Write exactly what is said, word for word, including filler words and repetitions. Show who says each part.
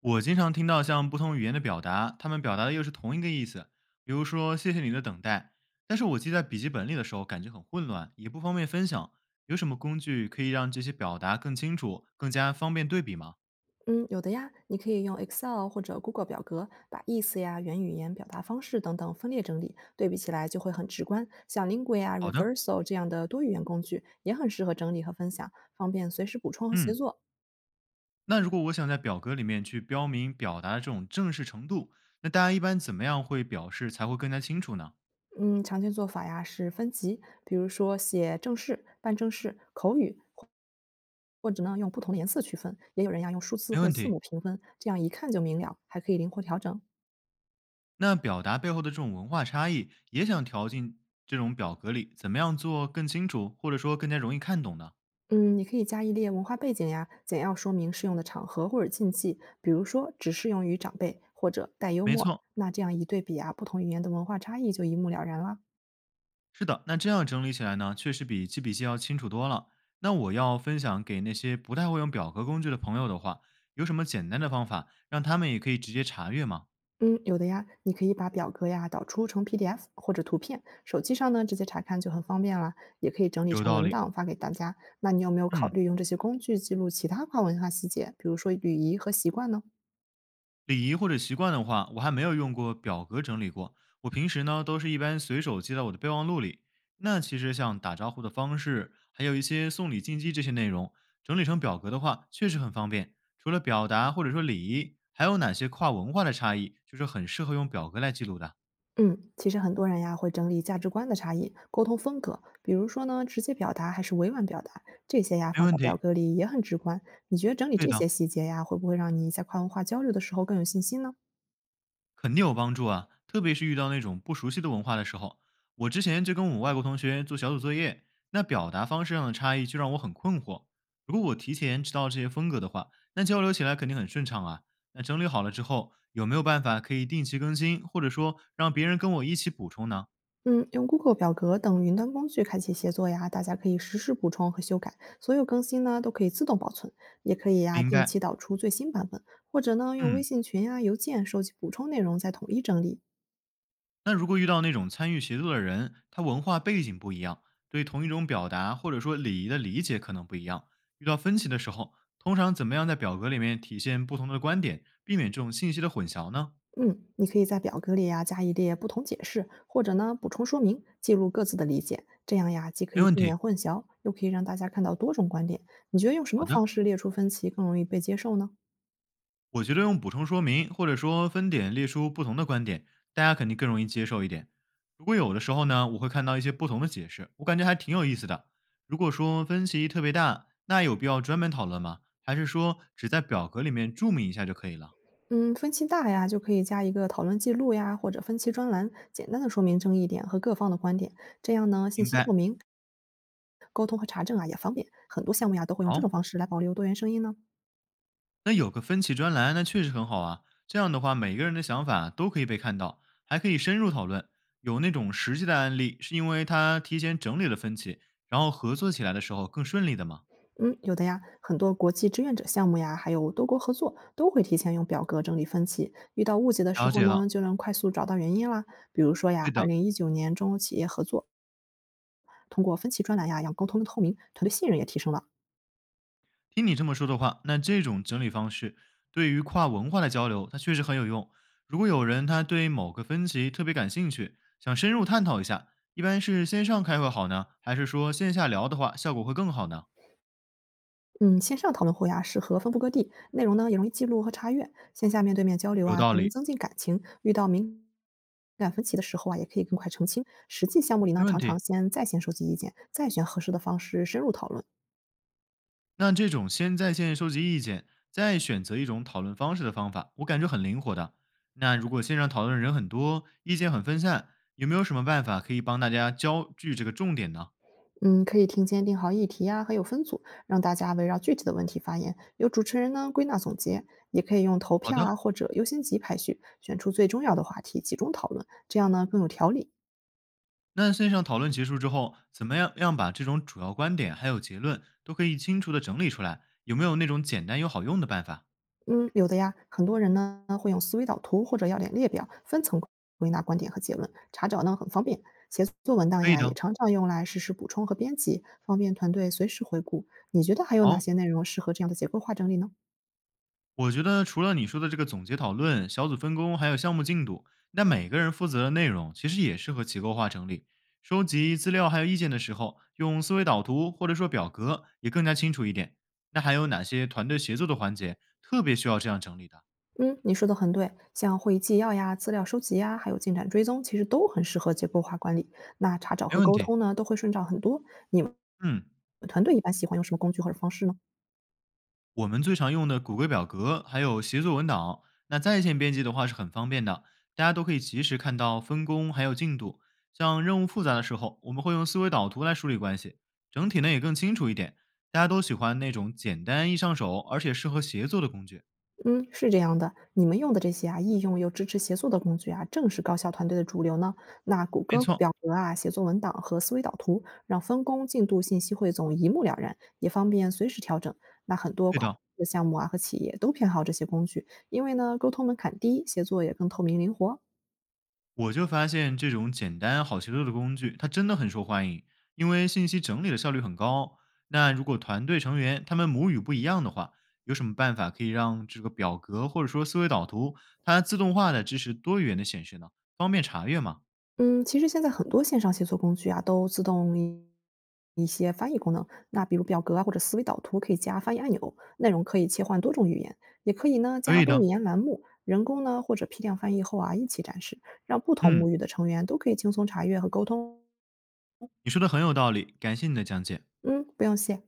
Speaker 1: 我经常听到像不同语言的表达，他们表达的又是同一个意思。比如说“谢谢你的等待”，但是我记在笔记本里的时候，感觉很混乱，也不方便分享。有什么工具可以让这些表达更清楚、更加方便对比吗？
Speaker 2: 嗯，有的呀，你可以用 Excel 或者 Google 表格把意思呀、原语言、表达方式等等分列整理，对比起来就会很直观。像 Lingua 啊、
Speaker 1: 好的。
Speaker 2: Reversal 这样的多语言工具也很适合整理和分享，方便随时补充和协
Speaker 1: 嗯。
Speaker 2: 作。
Speaker 1: 那如果我想在表格里面去标明表达的这种正式程度，那大家一般怎么样会表示才会更加清楚呢？
Speaker 2: 嗯，常见做法呀是分级，比如说写正式、半正式、口语，或者呢用不同的颜色区分，也有人呀用数字
Speaker 1: 没
Speaker 2: 或者
Speaker 1: 问
Speaker 2: 字
Speaker 1: 题。
Speaker 2: 母评分，这样一看就明了，还可以灵活调整。
Speaker 1: 那表达背后的这种文化差异，也想调进这种表格里，怎么样做更清楚，或者说更加容易看懂呢？
Speaker 2: 嗯，你可以加一列文化背景呀，简要说明适用的场合或者禁忌，比如说只适用于长辈或者带幽
Speaker 1: 没
Speaker 2: 默。
Speaker 1: 错，
Speaker 2: 那这样一对比啊，不同语言的文化差异就一目了然了。
Speaker 1: 是的。那这样整理起来呢，确实比记笔记要清楚多了。那我要分享给那些不太会用表格工具的朋友的话，有什么简单的方法让他们也可以直接查阅吗？
Speaker 2: 嗯，有的呀，你可以把表格呀导出成 P D F 或者图片，手机上呢直接查看就很方便啦。也可以整理
Speaker 1: 有
Speaker 2: 成
Speaker 1: 道
Speaker 2: 文
Speaker 1: 理。
Speaker 2: 档发给大家。那你有没有考
Speaker 1: 嗯。
Speaker 2: 虑用这些工具记录其他跨文化细节，比如说礼仪和习惯呢？
Speaker 1: 礼仪或者习惯的话，我还没有用过表格整理过。我平时呢，都是一般随手记在我的备忘录里。那其实像打招呼的方式，还有一些送礼禁忌这些内容，整理成表格的话，确实很方便。除了表达或者说礼仪，还有哪些跨文化的差异，就是很适合用表格来记录的？
Speaker 2: 嗯，其实很多人呀会整理价值观的差异、沟通风格，比如说呢，直接表达还是委婉表达，这些呀
Speaker 1: 没
Speaker 2: 放
Speaker 1: 问
Speaker 2: 在表
Speaker 1: 题，
Speaker 2: 格里也很直观。你觉得整理
Speaker 1: 对
Speaker 2: 这
Speaker 1: 的。
Speaker 2: 些细节呀，会不会让你在跨文化交流的时候更有信心呢？
Speaker 1: 肯定有帮助啊，特别是遇到那种不熟悉的文化的时候。我之前就跟我外国同学做小组作业，那表达方式上的差异就让我很困惑。如果我提前知道这些风格的话，那交流起来肯定很顺畅啊。那整理好了之后，有没有办法可以定期更新，或者说让别人跟我一起补充呢？
Speaker 2: 嗯，用 Google 表格等云端工具开启协作呀，大家可以实时补充和修改，所有更新呢都可以自动保存，也可以呀
Speaker 1: 明
Speaker 2: 定
Speaker 1: 白。
Speaker 2: 期导出最新版本，或者呢用微
Speaker 1: 嗯。
Speaker 2: 信群呀、邮件收集补充内容再统一整理。
Speaker 1: 那如果遇到那种参与协作的人，他文化背景不一样，对同一种表达或者说礼仪的理解可能不一样，遇到分歧的时候，通常怎么样在表格里面体现不同的观点，避免这种信息的混淆呢？
Speaker 2: 嗯，你可以在表格里呀、加一列不同解释，或者呢补充说明，记录各自的理解，这样呀既可
Speaker 1: 没
Speaker 2: 以
Speaker 1: 问
Speaker 2: 避
Speaker 1: 题。
Speaker 2: 免混淆，又可以让大家看到多种观点。你觉得用什
Speaker 1: 好
Speaker 2: 么
Speaker 1: 的，
Speaker 2: 方式列出分歧更容易被接受呢？
Speaker 1: 我觉得用补充说明或者说分点列出不同的观点，大家肯定更容易接受一点。如果有的时候呢，我会看到一些不同的解释，我感觉还挺有意思的。如果说分歧特别大，那有必要专门讨论吗？还是说只在表格里面注明一下就可以了？
Speaker 2: 嗯，分歧大呀，就可以加一个讨论记录呀，或者分歧专栏，简单的说明争议点和各方的观点。这样呢，信
Speaker 1: 明
Speaker 2: 息透
Speaker 1: 白。
Speaker 2: 明，沟通和查证啊也方便。很多项目呀都会用这
Speaker 1: 好，
Speaker 2: 种方式来保留多元声音呢。
Speaker 1: 那有个分歧专栏，那确实很好啊。这样的话，每个人的想法都可以被看到，还可以深入讨论。有那种实际的案例，是因为他提前整理了分歧，然后合作起来的时候更顺利的吗？
Speaker 2: 嗯，有的呀，很多国际志愿者项目呀，还有多国合作，都会提前用表格整理分歧，遇到误解的时
Speaker 1: 了
Speaker 2: 候
Speaker 1: 解了，
Speaker 2: 呢，就能快速找到原因啦。比如说呀，
Speaker 1: 对
Speaker 2: 二
Speaker 1: 的。
Speaker 2: 零一九年中欧企业合作，通过分歧专栏呀，让沟通更透明，团队信任也提升了。
Speaker 1: 听你这么说的话，那这种整理方式对于跨文化的交流，它确实很有用。如果有人他对某个分歧特别感兴趣，想深入探讨一下，一般是线上开会好呢，还是说线下聊的话效果会更好呢？
Speaker 2: 嗯，线上讨论会呀，适合分布各地，内容呢也容易记录和查阅。线下面对面交流
Speaker 1: 有
Speaker 2: 啊，
Speaker 1: 道
Speaker 2: 可能
Speaker 1: 理，
Speaker 2: 增进感情。遇到敏感分歧的时候啊，也可以更快澄清。实际项目里呢，
Speaker 1: 没问
Speaker 2: 常
Speaker 1: 题。
Speaker 2: 常先在线收集意见，再选合适的方式深入讨论。
Speaker 1: 那这种先在线收集意见，再选择一种讨论方式的方法，我感觉很灵活的。那如果线上讨论人很多，意见很分散，有没有什么办法可以帮大家焦聚这个重点呢？
Speaker 2: 嗯，可以听前定好议题呀、还有分组，让大家围绕具体的问题发言，由主持人呢归纳总结，也可以用投
Speaker 1: 好
Speaker 2: 票
Speaker 1: 的，
Speaker 2: 啊或者优先级排序，选出最重要的话题集中讨论，这样呢更有条理。
Speaker 1: 那线上讨论结束之后，怎么样样把这种主要观点还有结论都可以清楚的整理出来？有没有那种简单又好用的办法？
Speaker 2: 嗯，有的呀，很多人呢会用思维导图或者要点列表分层归纳观点和结论，查找呢很方便。写作文档
Speaker 1: 可以
Speaker 2: 呀，也
Speaker 1: 的，
Speaker 2: 常常用来实时补充和编辑，方便团队随时回顾。你觉得还有哪
Speaker 1: 好。
Speaker 2: 些内容适合这样的结构化整理呢？
Speaker 1: 我觉得除了你说的这个总结讨论、小组分工，还有项目进度，那每个人负责的内容其实也适合结构化整理。收集资料还有意见的时候，用思维导图或者说表格也更加清楚一点。那还有哪些团队协作的环节特别需要这样整理的？
Speaker 2: 嗯，你说的很对，像会议纪要呀、资料收集呀，还有进展追踪，其实都很适合结构化管理。那查找
Speaker 1: 没
Speaker 2: 和
Speaker 1: 问
Speaker 2: 沟
Speaker 1: 题。
Speaker 2: 通呢，都会顺畅很多。你们
Speaker 1: 嗯。
Speaker 2: 团队一般喜欢用什么工具或者方式呢？
Speaker 1: 我们最常用的谷歌表格，还有协作文档。那在线编辑的话是很方便的，大家都可以及时看到分工还有进度。像任务复杂的时候，我们会用思维导图来梳理关系，整体呢也更清楚一点。大家都喜欢那种简单易上手，而且适合协作的工具。
Speaker 2: 嗯，是这样的，你们用的这些啊，易用又支持协作的工具啊，正是高效团队的主流呢。那谷
Speaker 1: 没
Speaker 2: 歌
Speaker 1: 错，
Speaker 2: 表格啊、写作文档和思维导图，让分工、进度、信息汇总一目了然，也方便随时调整。那很多
Speaker 1: 对
Speaker 2: 跨
Speaker 1: 的。
Speaker 2: 国的项目啊和企业都偏好这些工具，因为呢，沟通门槛低，协作也更透明灵活。
Speaker 1: 我就发现这种简单好协作的工具，它真的很受欢迎，因为信息整理的效率很高。那如果团队成员他们母语不一样的话，有什么办法可以让这个表格或者说思维导图它自动化的支持多语言的显示呢？方便查阅吗？
Speaker 2: 嗯，其实现在很多线上协作工具啊，都自动一一些翻译功能。那比如表格啊，或者思维导图，可以加翻译按钮，内容可以切换多种语言，也可以呢
Speaker 1: 可
Speaker 2: 加
Speaker 1: 以
Speaker 2: 多语
Speaker 1: 的，
Speaker 2: 言栏目，人工呢或者批量翻译后啊一起展示，让不同
Speaker 1: 嗯，
Speaker 2: 母语的成员都可以轻松查阅和沟通。
Speaker 1: 你说的很有道理，感谢你的讲解。
Speaker 2: 嗯，不用谢。